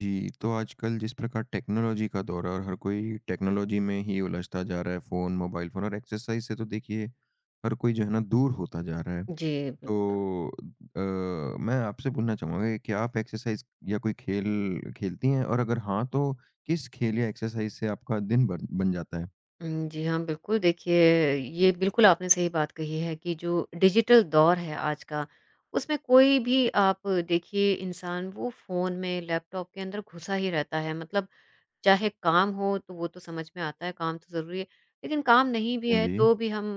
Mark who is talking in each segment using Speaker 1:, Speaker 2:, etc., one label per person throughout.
Speaker 1: जी, तो आजकल जिस प्रकार टेक्नोलॉजी का दौर है और हर कोई टेक्नोलॉजी में ही उलझता जा रहा है, फ़ोन, मोबाइल फ़ोन और एक्सरसाइज़ से तो देखिए हर कोई जो है ना दूर होता जा रहा है।
Speaker 2: जी, बिल
Speaker 1: तो मैं आपसे पूछना चाहूँगा कि क्या आप एक्सरसाइज़ या कोई खेल खेलती हैं? और अगर हाँ, तो किस खेल या एक्सरसाइज़ से आपका दिन बन बन जाता है?
Speaker 2: जी हाँ, बिल्कुल देखिए ये बिल्कुल आपने सही बात कही है कि जो डिजिटल दौर है आज का, उसमें कोई भी आप देखिए इंसान वो फ़ोन में, लैपटॉप के अंदर घुसा ही रहता है। मतलब चाहे काम हो तो वो तो समझ में आता है, काम तो ज़रूरी है। लेकिन काम नहीं भी
Speaker 1: हाँ
Speaker 2: है
Speaker 1: जी।
Speaker 2: तो भी हम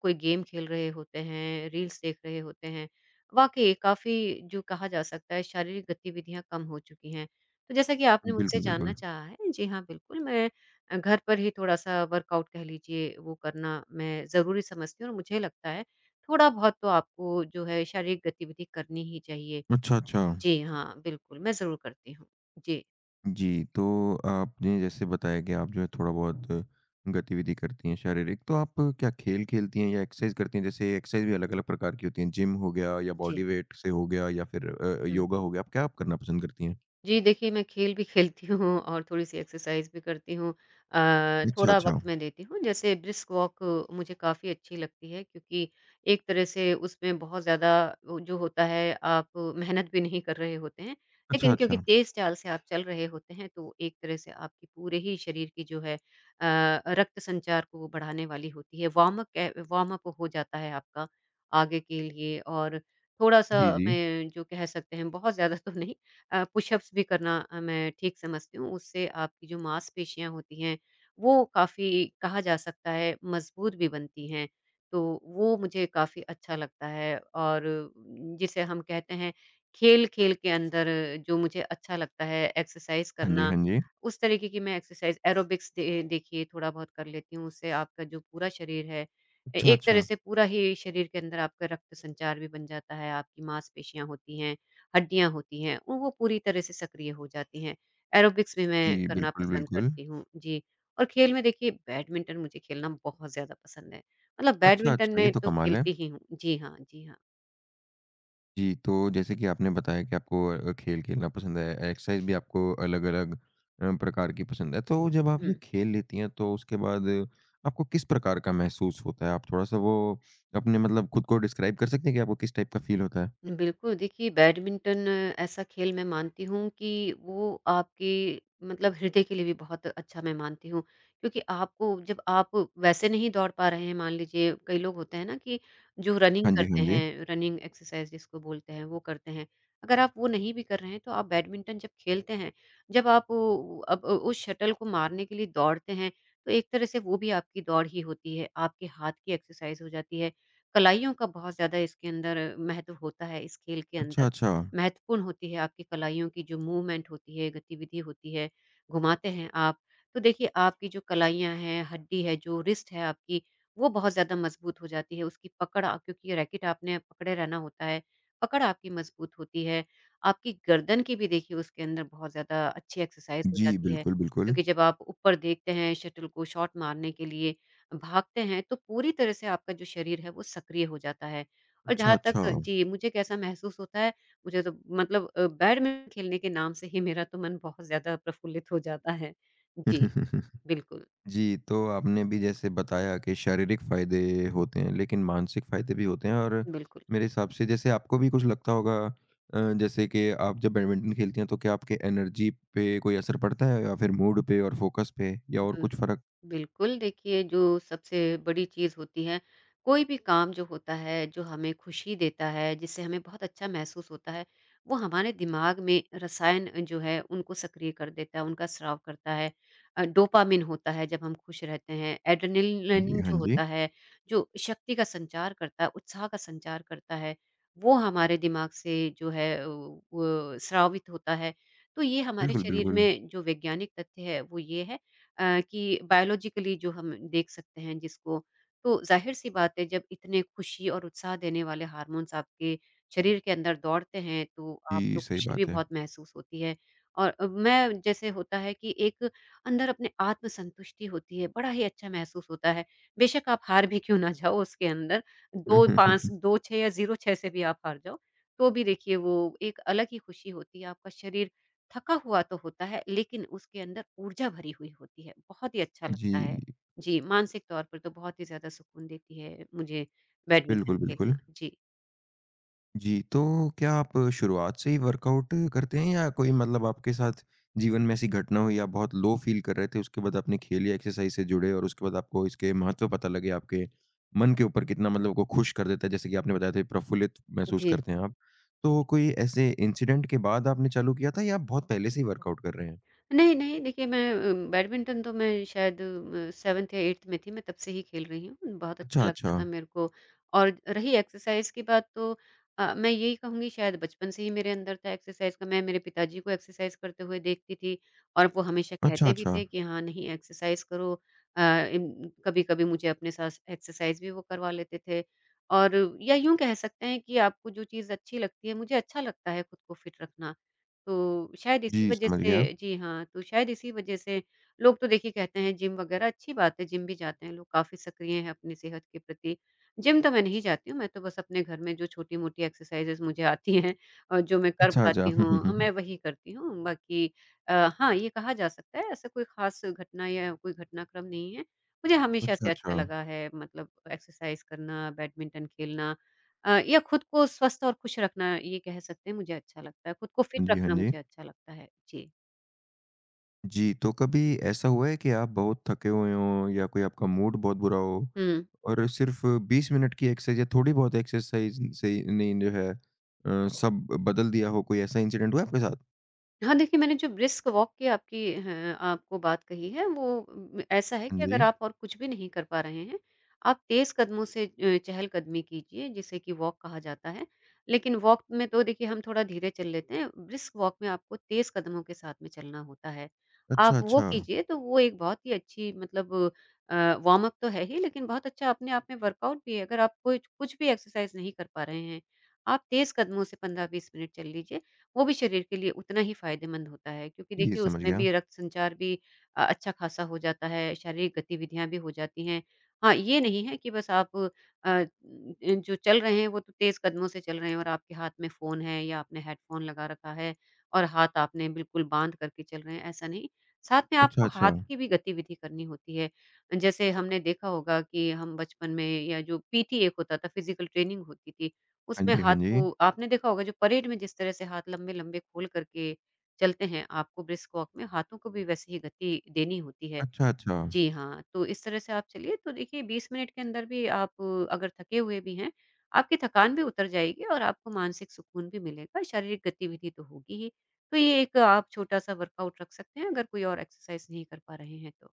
Speaker 2: कोई गेम खेल रहे होते हैं, रील्स देख रहे होते हैं। वाक़ई काफ़ी जो कहा जा सकता है शारीरिक गतिविधियाँ कम हो चुकी हैं। तो जैसा कि आपने मुझसे
Speaker 1: बिल्कुल,
Speaker 2: जानना
Speaker 1: बिल्कुल।
Speaker 2: चाहा है, जी हाँ, बिल्कुल मैं घर पर ही थोड़ा-सा वर्कआउट कह लीजिए वो करना मैं ज़रूरी समझती हूँ और मुझे लगता है थोड़ा-बहुत तो आपको जो है शारीरिक गतिविधि करनी ही चाहिए।
Speaker 1: अच्छा, अच्छा।
Speaker 2: जी हाँ, बिल्कुल मैं ज़रूर करती हूँ। जी,
Speaker 1: जी, तो आपने जैसे बताया कि आप जो है थोड़ा-बहुत गतिविधि करती हैं शारीरिक, तो आप क्या खेल खेलती हैं या एक्सरसाइज करती हैं? जैसे एक्सरसाइज भी अलग-अलग प्रकार की होती हैं, जिम हो गया या
Speaker 2: जी।
Speaker 1: बॉडी वेट से हो गया या फिर
Speaker 2: हुँ।
Speaker 1: योगा हो गया, आप क्या आप करना पसंद करती हैं?
Speaker 2: जी, देखिए मैं खेल भी खेलती हूँ और थोड़ी-सी एक्सरसाइज़ भी करती हूँ।
Speaker 1: अच्छा,
Speaker 2: थोड़ा
Speaker 1: अच्छा।
Speaker 2: वक़्त मैं देती हूँ जैसे ब्रिस्क वॉक मुझे काफ़ी अच्छी लगती है क्योंकि एक तरह से उसमें बहुत ज़्यादा वो जो होता है आप मेहनत भी नहीं कर रहे होते हैं।
Speaker 1: अच्छा,
Speaker 2: लेकिन क्योंकि
Speaker 1: अच्छा।
Speaker 2: तेज़ चाल से आप चल रहे होते हैं तो एक तरह से आपकी पूरे ही शरीर की जो है रक्त संचार को वो बढ़ाने वाली होती है। वार्म अप हो जाता है आपका आगे के लिए और थोड़ा-सा
Speaker 1: जी, जी।
Speaker 2: मैं जो कह सकते हैं बहुत ज़्यादा तो नहीं पुशअप्स भी करना मैं ठीक समझती हूँ। उससे आपकी जो मांसपेशियाँ होती हैं, वो काफ़ी कहा जा सकता है मज़बूत भी बनती हैं। तो वो मुझे काफ़ी अच्छा लगता है और जिसे हम कहते हैं खेल-खेल के अंदर जो मुझे अच्छा लगता है एक्सरसाइज़
Speaker 1: हाँ जी,
Speaker 2: करना,
Speaker 1: हाँ जी।
Speaker 2: उस तरीके की मैं एक्सरसाइज़ एरोबिक्स दे देखिए थोड़ा बहुत कर लेती हूँ। उससे आपका जो पूरा शरीर है, ए
Speaker 1: अच्छा,
Speaker 2: एक तरह
Speaker 1: अच्छा।
Speaker 2: से पूरा ही शरीर के अंदर आपका रक्त संचार भी बन जाता है, आपकी मांसपेशियाँ होती हैं। हड्डियाँ होती हैं, वो पूरी तरह से सक्रिय हो जाती हैं। एरोबिक्स भी
Speaker 1: जी,
Speaker 2: मैं करना
Speaker 1: बिल्कुल,
Speaker 2: पसंद
Speaker 1: बिल्कुल।
Speaker 2: करती हूँ। जी, और खेल में देखिए बैडमिंटन मुझे खेलना बहुत ज़्यादा पसंद है। मतलब
Speaker 1: अच्छा,
Speaker 2: बैडमिंटन
Speaker 1: अच्छा, ये
Speaker 2: मैं
Speaker 1: तो
Speaker 2: तो
Speaker 1: कमाल है।
Speaker 2: खेलती ही हूँ। जी हाँ, जी हाँ।
Speaker 1: जी, तो जैसे कि आपने बताया कि आपको खेल खेलना पसंद है, एक्सरसाइज भी आपको अलग-अलग प्रकार की पसंद है। तो जब आप
Speaker 2: हुँ।
Speaker 1: ये खेल लेती हैं तो उसके बाद आपको किस प्रकार का महसूस होता है? आप थोड़ा-सा वो अपने मतलब खुद को डिस्क्राइब कर सकते हैं कि आपको किस टाइप का फ़ील होता है?
Speaker 2: बिल्कुल, देखिए बैडमिंटन ऐसा खेल मैं मानती हूँ कि वो आपके मतलब हृदय के लिए भी बहुत अच्छा मैं मानती हूँ। क्योंकि आपको जब आप वैसे नहीं दौड़ पा रहे हैं मान लीजिए कई लोग होते हैं ना कि जो रनिंग
Speaker 1: हाँ जी, हाँ
Speaker 2: करते
Speaker 1: जी।
Speaker 2: हैं, रनिंग एक्सरसाइज़ जिसको बोलते हैं वो करते हैं। अगर आप वो नहीं भी कर रहे हैं तो आप बैडमिंटन जब खेलते हैं, जब आप उ अब उस शटल को मारने के लिए दौड़ते हैं, तो एक तरह से वो भी आपकी दौड़ ही होती है, आपके हाथ की एक्सरसाइज़ हो जाती है। कलाइयों का बहुत ज़्यादा इसके अंदर महत्व होता है इस खेल के
Speaker 1: अच्छा,
Speaker 2: अंदर।
Speaker 1: अच्छा।
Speaker 2: महत्वपूर्ण होती है आपकी कलाइयों की जो मूवमेंट होती है, गतिविधि होती है, घुमाते हैं आप। तो देखिए आपकी जो कलाइयाँ हैं, हड्डी है जो रिस्ट है आपकी, वो बहुत ज़्यादा मज़बूत हो जाती है। उसकी पकड़ आ क्योंकि रैकेट आपने पकड़े रहना होता है, पकड़ आपकी मज़बूत होती है। आपकी गर्दन की भी देखिए उसके अंदर बहुत ज़्यादा अच्छी एक्सरसाइज़ हो
Speaker 1: जी,
Speaker 2: जाती है,
Speaker 1: बिल्कुल, बिल्कुल।
Speaker 2: क्योंकि जब आप ऊपर देखते हैं शटल को शॉट मारने के लिए, भागते हैं, तो पूरी तरह से आपका जो शरीर है वो सक्रिय हो जाता है। और
Speaker 1: अच्छा,
Speaker 2: जहाँ तक
Speaker 1: अच्छा।
Speaker 2: जी, मुझे कैसा महसूस होता है, मुझे तो मतलब बैडमिंटन खेलने के नाम से ही मेरा तो मन बहुत ज़्यादा प्रफुल्लित हो जाता है। जी, बिल्कुल,
Speaker 1: जी, तो आपने भी जैसे बताया कि शारीरिक फ़ायदे होते हैं, लेकिन मानसिक फ़ायदे भी होते हैं और
Speaker 2: बिल्कुल।
Speaker 1: मेरे हिसाब से जैसे आपको भी कुछ लगता होगा जैसे कि आप जब बैडमिंटन खेलती हैं, तो क्या आपके एनर्जी पे कोई असर पड़ता है या फिर मूड पे और फ़ोकस पे या और कुछ फ़र्क?
Speaker 2: बिल्कुल, देखिए जो सबसे बड़ी चीज़ होती है, कोई भी काम जो होता है, जो हमें खुशी देता है, जिससे हमें बहुत अच्छा महसूस होता है, वो हमारे दिमाग में रसायन जो है उनको सक्रिय कर देता है, उनका स्राव करता है। डोपामिन होता है जब हम खुश रहते हैं, एड्रेनलिन
Speaker 1: जी,
Speaker 2: जो
Speaker 1: हाँ जी।
Speaker 2: होता है, जो शक्ति का संचार करता है, उत्साह का संचार करता है, वो हमारे दिमाग से जो है वो स्रावित होता है। तो ये हमारे
Speaker 1: बिल्कुल,
Speaker 2: शरीर
Speaker 1: बिल्कुल।
Speaker 2: में जो वैज्ञानिक तथ्य है, वो ये है कि बायोलॉजिकली जो हम देख सकते हैं जिसको। तो ज़ाहिर-सी बात है जब इतने खुशी और उत्साह देने वाले हार्मोन्स आपके शरीर के अंदर दौड़ते हैं तो
Speaker 1: जी,
Speaker 2: आपको
Speaker 1: सही
Speaker 2: खुशी भी
Speaker 1: बात है।
Speaker 2: बहुत महसूस होती है। और मैं जैसे होता है कि एक अंदर अपने आत्मसंतुष्टि होती है, बड़ा ही अच्छा महसूस होता है। बेशक आप हार भी क्यों ना जाओ उसके अंदर, 2-5 2-6 या 0-6 से भी आप हार जाओ, तो भी देखिए वो एक अलग ही खुशी होती है, आपका शरीर थका हुआ तो होता है लेकिन उसके अंदर ऊर्जा भरी हुई होती है, बहुत ही अच्छा लगता है।
Speaker 1: जी,
Speaker 2: जी, मानसिक तौर पर तो बहुत ही ज़्यादा सुकून देती है मुझे बैडमिंटन
Speaker 1: बिल्कुल,
Speaker 2: खेलना।
Speaker 1: बिल्कुल।
Speaker 2: जी।
Speaker 1: जी, तो क्या आप शुरुआत से ही वर्कआउट करते हैं या कोई मतलब आपके साथ जीवन में ऐसी घटना हुई आप बहुत लो फ़ील कर रहे थे, उसके बाद आपने खेल या एक्सरसाइज़ से जुड़े और उसके बाद आपको इसके महत्व पता लगे, आपके मन के ऊपर कितना मतलब आपको खुश कर देता है, जैसे कि आपने बताया था प्रफुल्लित महसूस
Speaker 2: जी।
Speaker 1: करते हैं आप। तो कोई ऐसे इंसिडेंट के बाद आपने चालू किया था या आप बहुत पहले से ही वर्कआउट कर रहे हैं?
Speaker 2: नहीं, नहीं, देखिए बैडमिंटन तो मैं शायद 7th या 8th में थी, मैं तब से ही खेल रही हूँ, बहुत अच्छा
Speaker 1: अच्छा,
Speaker 2: लगता
Speaker 1: अच्छा।
Speaker 2: था मेरे को। और रही एक्सरसाइज़ की बात तो मैं यही कहूँगी शायद बचपन से ही मेरे अंदर था एक्सरसाइज़ का, मैं मेरे पिताजी को एक्सरसाइज़ करते हुए देखती थी और वो हमेशा
Speaker 1: अच्छा,
Speaker 2: कहते भी
Speaker 1: अच्छा।
Speaker 2: थे कि हाँ, नहीं एक्सरसाइज़ करो अ, इम कभी-कभी मुझे अपने साथ एक्सरसाइज़ भी वो करवा लेते थे। और या यूँ कह सकते हैं कि आपको जो चीज़ अच्छी लगती है, मुझे अच्छा लगता है खुद को फिट रखना। तो शायद इसी
Speaker 1: जी,
Speaker 2: वजह
Speaker 1: समझ गया।
Speaker 2: से जी हाँ, तो शायद इसी वजह से लोग तो देखिए कहते हैं जिम वगैरह अच्छी बात है, जिम भी जाते हैं लोग काफ़ी सक्रिय हैं अपनी सेहत के प्रति। जिम तो मैं नहीं जाती हूँ, मैं तो बस अपने घर में जो छोटी-मोटी एक्सरसाइज़ेज़ मुझे आती हैं और जो मैं कर
Speaker 1: अच्छा, अच्छा।
Speaker 2: पाती
Speaker 1: हुँ, हुँ,
Speaker 2: हूँ,
Speaker 1: हुँ,
Speaker 2: मैं
Speaker 1: हुँ।
Speaker 2: वही करती हूँ। बाकी अ, हाँ, ये कहा जा सकता है ऐसा कोई ख़ास घटना या कोई घटनाक्रम नहीं है। मुझे हमेशा
Speaker 1: अच्छा,
Speaker 2: से अच्छा
Speaker 1: अच्छा।
Speaker 2: लगा है मतलब एक्सरसाइज़ करना, बैडमिंटन खेलना या खुद को स्वस्थ और खुश रखना ये कह सकते हैं मुझे अच्छा लगता है, खुद को
Speaker 1: हाँ
Speaker 2: फिट
Speaker 1: जी, हाँ
Speaker 2: रखना
Speaker 1: जी।
Speaker 2: मुझे अच्छा लगता है। जी।
Speaker 1: जी, तो कभी ऐसा हुआ है कि आप बहुत थके हुए हों या कोई आपका मूड बहुत बुरा हो
Speaker 2: हुँ।
Speaker 1: और सिर्फ़ 20 मिनट की एक्सरसाइज़ या थोड़ी-बहुत एक्सरसाइज़ से ही ने जो है सब बदल दिया हो? कोई ऐसा इंसिडेंट हुआ आपके साथ?
Speaker 2: हाँ, देखिए मैंने जो ब्रिस्क वॉक की आपको बात कही है वो ऐसा है
Speaker 1: हाँ
Speaker 2: कि अगर
Speaker 1: जी।
Speaker 2: आप और कुछ भी नहीं कर पा रहे हैं, आप तेज़ कदमों से चहलकदमी कीजिए जिसे कि वॉक कहा जाता है। लेकिन वॉक में तो देखिए हम थोड़ा धीरे चल लेते हैं, ब्रिस्क वॉक में आपको तेज़ कदमों के साथ में चलना होता है। आप
Speaker 1: अच्छा,
Speaker 2: वो
Speaker 1: अच्छा।
Speaker 2: कीजिए तो वो एक बहुत ही अच्छी मतलब वार्म अप तो है ही लेकिन बहुत अच्छा अपने आप में वर्कआउट भी है। अगर आप कुछ कुछ भी एक्सरसाइज़ नहीं कर पा रहे हैं, आप तेज़ कदमों से 15-20 मिनट चल लीजिए। वो भी शरीर के लिए उतना ही फ़ायदेमंद होता है क्योंकि
Speaker 1: जी,
Speaker 2: देखिए
Speaker 1: समझ
Speaker 2: उसमें
Speaker 1: गया।
Speaker 2: भी रक्त संचार भी अच्छा खासा हो जाता है, शारीरिक गतिविधियाँ भी हो जाती हैं। हाँ, ये नहीं है कि बस आप अ, इन जो चल रहे हैं वो तो तेज़ कदमों से चल रहे हैं और आपके हाथ में फ़ोन है या आपने हेडफ़ोन लगा रखा है और हाथ आपने बिल्कुल बाँध करके चल रहे हैं, ऐसा नहीं। साथ में
Speaker 1: अच्छा,
Speaker 2: आपको
Speaker 1: अच्छा।
Speaker 2: हाथ की भी गतिविधि करनी होती है। जैसे हमने देखा होगा कि हम बचपन में या जो पीटी एक होता था, फ़िज़िकल ट्रेनिंग होती थी,
Speaker 1: हाँ
Speaker 2: उसमें
Speaker 1: जी, हाँ
Speaker 2: हाथ
Speaker 1: जी।
Speaker 2: को आपने देखा होगा जो परेड में जिस तरह से हाथ लंबे-लंबे खोल करके चलते हैं, आपको ब्रिस्क वॉक में हाथों को भी वैसे ही गति देनी होती है।
Speaker 1: अच्छा, अच्छा।
Speaker 2: जी हाँ, तो इस तरह से आप चलिए तो देखिए 20 मिनट के अंदर भी आप अगर थके हुए भी हैं, आपकी थकान भी उतर जाएगी और आपको मानसिक सुकून भी मिलेगा, शारीरिक गतिविधि तो होगी ही। तो ये एक आप छोटा-सा वर्कआउट रख सकते हैं अगर कोई और एक्सरसाइज़ नहीं कर पा रहे हैं तो।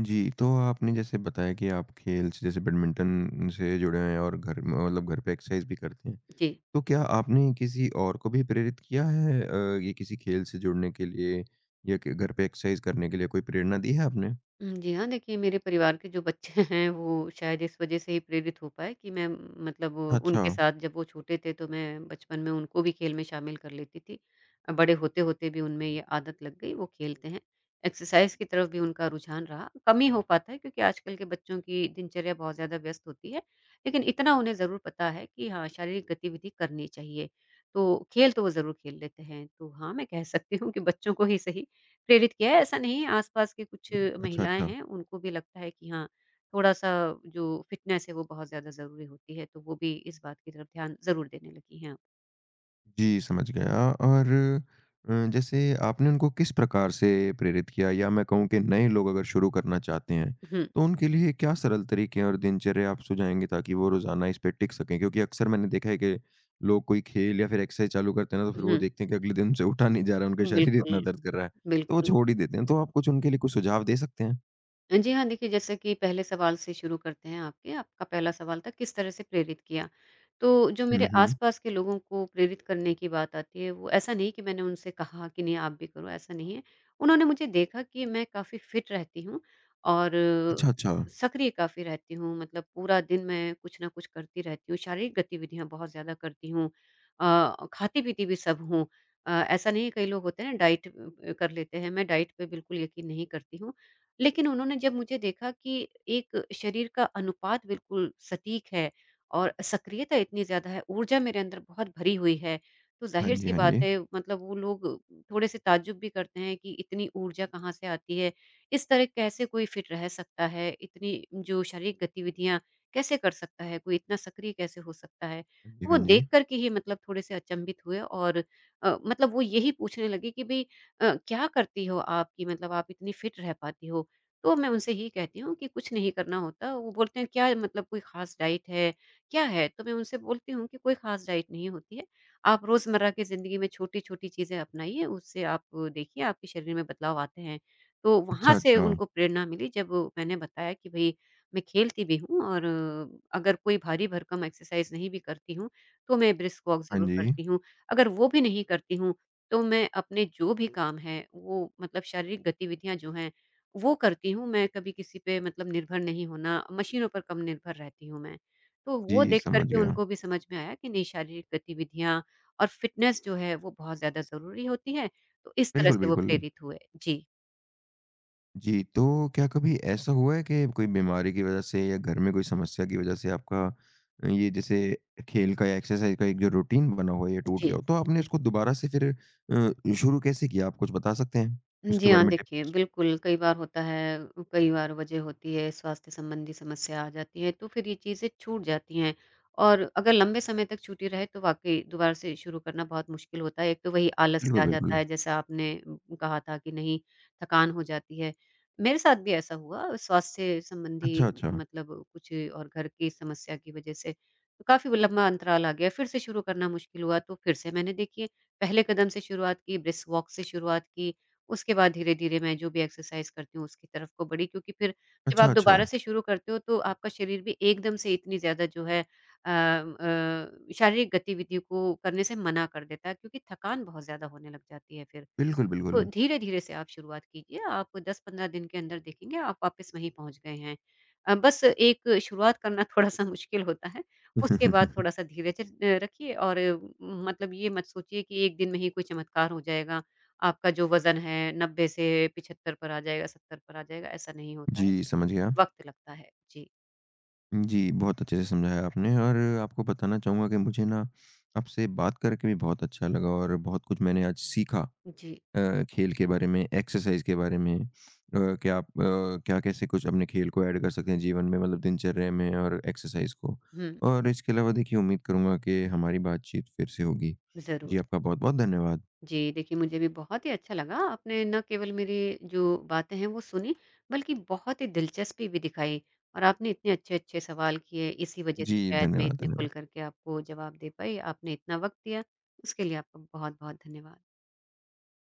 Speaker 1: जी, तो आपने जैसे बताया कि आप खेल से जैसे बैडमिंटन से जुड़े हैं और घर में- मतलब घर पे एक्सरसाइज़ भी करते हैं।
Speaker 2: जी।
Speaker 1: तो क्या आपने किसी और को भी प्रेरित किया है ये किसी खेल से जुड़ने के लिए या कि घर पे एक्सरसाइज करने के लिए कोई प्रेरणा दी है आपने?
Speaker 2: जी हाँ, देखिए मेरे परिवार के जो बच्चे हैं वो शायद इस वज़ह से ही प्रेरित हो पाए कि मैं
Speaker 1: अच्छा।
Speaker 2: उनके साथ जब वो छोटे थे तो मैं बचपन में उनको भी खेल में शामिल कर लेती थी। बड़े होते-होते भी उनमें ये आदत लग गई, वो खेलते हैं। एक्सरसाइज़ की तरफ भी उनका रुझान रहा। कम ही हो पाता है क्योंकि आजकल के बच्चों की दिनचर्या बहुत ज़्यादा व्यस्त होती है, लेकिन इतना उन्हें ज़रूर पता है कि हाँ, शारीरिक गतिविधि करनी चाहिए। तो खेल तो वो ज़रूर खेल लेते हैं। तो हाँ, मैं कह सकती हूँ कि बच्चों को ही सही प्रेरित किया है, ऐसा नहीं है, आस-पास के कुछ
Speaker 1: अच्छा,
Speaker 2: महिलाएँ
Speaker 1: अच्छा।
Speaker 2: हैं, उनको भी लगता है कि हाँ, थोड़ा-सा जो फ़िटनेस है, वो बहुत ज़्यादा ज़रूरी होती है, तो वो भी इस बात की तरफ ध्यान ज़रूर देने लगी हैं अब।
Speaker 1: जी, समझ गया और जैसे आपने उनको किस प्रकार से प्रेरित किया? या मैं कहूँ कि नए लोग अगर शुरू करना चाहते हैं,
Speaker 2: हुँ,
Speaker 1: तो उनके लिए क्या सरल तरीके और दिनचर्या आप सुझाएँगे ताकि वो रोज़ाना इस पे टिक सकें? क्योंकि अक्सर मैंने देखा है कि लोग कोई खेल या फिर एक्सरसाइज़ चालू करते हैं ना, तो फिर वो
Speaker 2: हुँ।
Speaker 1: देखते हैं कि अगले दिन उनसे उठा नहीं जा रहा, उनका शरीर
Speaker 2: बिल्कुल,
Speaker 1: इतना दर्द कर रहा है, तो वो
Speaker 2: बिल्कुल।
Speaker 1: छोड़ ही देते हैं। तो आप कुछ उनके लिए कुछ सुझाव दे सकते हैं?
Speaker 2: जी हाँ, देखिए जैसे कि पहले सवाल से शुरू करते हैं आपके, आपका पहला सवाल था किस तरह से प्रेरित किया? तो जो मेरे
Speaker 1: हुँ, हुँ।
Speaker 2: आस-पास के लोगों को प्रेरित करने की बात आती है, वो ऐसा नहीं कि मैंने उनसे कहा कि नहीं आप भी करो, ऐसा नहीं है। उन्होंने मुझे देखा कि मैं काफ़ी फिट रहती हूँ और
Speaker 1: अच्छा, अच्छा।
Speaker 2: सक्रिय काफ़ी रहती हूँ, मतलब पूरा दिन मैं कुछ ना कुछ करती रहती हूँ, शारीरिक गतिविधियाँ बहुत ज़्यादा करती हूँ। खाती-पीती भी सब हूँ। ऐसा नहीं है कई लोग होते हैं ना डाइट कर लेते हैं, मैं डाइट पे बिल्कुल यकीन नहीं करती हूँ। लेकिन उन्होंने जब मुझे देखा कि एक शरीर का अनुपात बिल्कुल सटीक है और सक्रियता इतनी ज़्यादा है, ऊर्जा मेरे अंदर बहुत भरी हुई है, तो
Speaker 1: हाँ जी,
Speaker 2: ज़ाहिर-सी
Speaker 1: हाँ
Speaker 2: बात
Speaker 1: जी।
Speaker 2: है मतलब वो लोग थोड़े-से ताज्जुब भी करते हैं कि इतनी ऊर्जा कहाँ से आती है? इस तरह कैसे कोई फ़िट रह सकता है? इतनी जो शारीरिक गतिविधियाँ कैसे कर सकता है? कोई इतना सक्रिय कैसे हो सकता है?
Speaker 1: हाँ जी,
Speaker 2: तो
Speaker 1: हाँ
Speaker 2: वो
Speaker 1: जी।
Speaker 2: देख कर के ही मतलब थोड़े-से अचंभित हुए और मतलब वो यही पूछने लगे कि भई क्या करती हो आप कि मतलब आप इतनी फ़िट रह पाती हो? तो मैं उनसे यही कहती हूँ कि कुछ नहीं करना होता। वो बोलते हैं क्या मतलब कोई ख़ास डाइट है, क्या है? तो मैं उनसे बोलती हूँ कि कोई ख़ास डाइट नहीं होती है। आप रोज़मर्रा की ज़िंदगी में छोटी-छोटी चीज़ें अपनाइए, उससे आप देखिए आपके शरीर में बदलाव आते हैं। तो वहाँ
Speaker 1: अच्छा,
Speaker 2: से
Speaker 1: अच्छा।
Speaker 2: उनको प्रेरणा मिली जब मैंने बताया कि भई मैं खेलती भी हूँ और अगर कोई भारी-भरकम एक्सरसाइज़ नहीं भी करती हूँ, तो मैं ब्रिस्क वॉक
Speaker 1: हाँ
Speaker 2: ज़रूर
Speaker 1: जी।
Speaker 2: करती हूँ। अगर वो भी नहीं करती हूँ, तो मैं अपने जो भी काम हैं, वो मतलब शारीरिक गतिविधियाँ जो हैं वो करती हूँ मैं कभी किसी पे मतलब निर्भर नहीं होना, मशीनों पर कम निर्भर रहती हूँ मैं। तो वो
Speaker 1: जी,
Speaker 2: देख कर
Speaker 1: समझ
Speaker 2: के
Speaker 1: गया।
Speaker 2: उनको भी समझ में आया कि नहीं शारीरिक गतिविधियाँ और फ़िटनेस जो है वो बहुत ज़्यादा ज़रूरी होती है, तो इस तरह
Speaker 1: बिल्कुल,
Speaker 2: से वो
Speaker 1: बिल्कुल।
Speaker 2: प्रेरित हुए। जी,
Speaker 1: जी, तो क्या कभी ऐसा हुआ है कि कोई बीमारी की वज़ह से या घर में कोई समस्या की वज़ह से आपका ये जैसे खेल का या एक्सरसाइज़ का एक जो रूटीन बना हुआ है, ये टूट
Speaker 2: जी,
Speaker 1: गया हो? तो आपने
Speaker 2: जी।
Speaker 1: उसको दोबारा से फिर शुरू कैसे किया? आप कुछ बता सकते हैं
Speaker 2: जी
Speaker 1: उसके
Speaker 2: हाँ,
Speaker 1: बारे में
Speaker 2: देखिए
Speaker 1: टिप्स?
Speaker 2: बिल्कुल, कई बार होता है, कई बार वजह होती है, स्वास्थ्य संबंधी समस्या आ जाती है, तो फिर ये चीज़ें छूट जाती हैं और अगर लंबे समय तक छूटी रहे तो वाक़ई दोबारा से शुरू करना बहुत मुश्किल होता है। एक तो वही आलस से
Speaker 1: बिल्कुल,
Speaker 2: आ जाता
Speaker 1: बिल्कुल।
Speaker 2: है, जैसा आपने कहा था कि नहीं, थकान हो जाती है। मेरे साथ भी ऐसा हुआ स्वास्थ्य संबंधी
Speaker 1: अच्छा, अच्छा।
Speaker 2: मतलब कुछ और घर की समस्या की वजह से तो काफ़ी लंबा अंतराल आ गया, फिर से शुरू करना मुश्किल हुआ, तो फिर से मैंने देखिए पहले कदम से शुरुआत की, ब्रिस्क वॉक से शुरुआत की, उसके बाद धीरे-धीरे मैं जो भी एक्सरसाइज़ करती हूँ उसकी तरफ को बढ़ी क्योंकि फिर जब आप
Speaker 1: अच्छा, अच्छा।
Speaker 2: दोबारा से शुरू करते हो तो आपका शरीर भी एकदम से इतनी ज़्यादा जो है शारीरिक गतिविधि को करने से मना कर देता है क्योंकि थकान बहुत ज़्यादा होने लग जाती है फिर।
Speaker 1: बिल्कुल,
Speaker 2: तो
Speaker 1: बिल्कुल।
Speaker 2: धीरे-धीरे से आप शुरुआत कीजिए, आप 10-15 दिन के अंदर देखेंगे आप वापस वहीं पहुँच गए हैं। बस एक शुरुआत करना थोड़ा-सा मुश्किल होता है, उसके बाद थोड़ा-सा धीरज र रखिए और मतलब ये मत सोचिए कि एक दिन में ही कोई चमत्कार हो जाएगा, आपका जो वज़न है 90 से 75 पर आ जाएगा, 70 पर आ जाएगा, ऐसा नहीं होता है,
Speaker 1: जी, समझ गया।
Speaker 2: वक़्त लगता है। जी,
Speaker 1: जी, बहुत अच्छे से समझाया आपने और आपको बताना चाहूँगा कि मुझे ना आपसे बात करके भी बहुत अच्छा लगा और बहुत कुछ मैंने आज सीखा।
Speaker 2: जी।
Speaker 1: खेल के बारे में, एक्सरसाइज़ के बारे में क्या आप अ, क्या कैसे कुछ अपने खेल को ऐड कर सकते हैं जीवन में मतलब दिनचर्या में और एक्सरसाइज़ को?
Speaker 2: हुँ,
Speaker 1: और इसके अलावा देखिए उम्मीद करूँगा कि हमारी बातचीत फिर से होगी।
Speaker 2: ज़रूर।
Speaker 1: जी, आपका बहुत-बहुत धन्यवाद।
Speaker 2: जी, देखिए मुझे भी बहुत ही अच्छा लगा। आपने ना केवल मेरी जो बातें हैं वो सुनी, बल्कि बहुत ही दिलचस्पी भी दिखाई और आपने इतने अच्छे-अच्छे सवाल किए, इसी वजह से
Speaker 1: जी,
Speaker 2: शायद मैं
Speaker 1: धन्यवाद,
Speaker 2: इतने खुल
Speaker 1: धन्यवाद।
Speaker 2: करके आपको जवाब दे पाई। आपने इतना वक़्त दिया, उसके लिए आपका बहुत-बहुत धन्यवाद।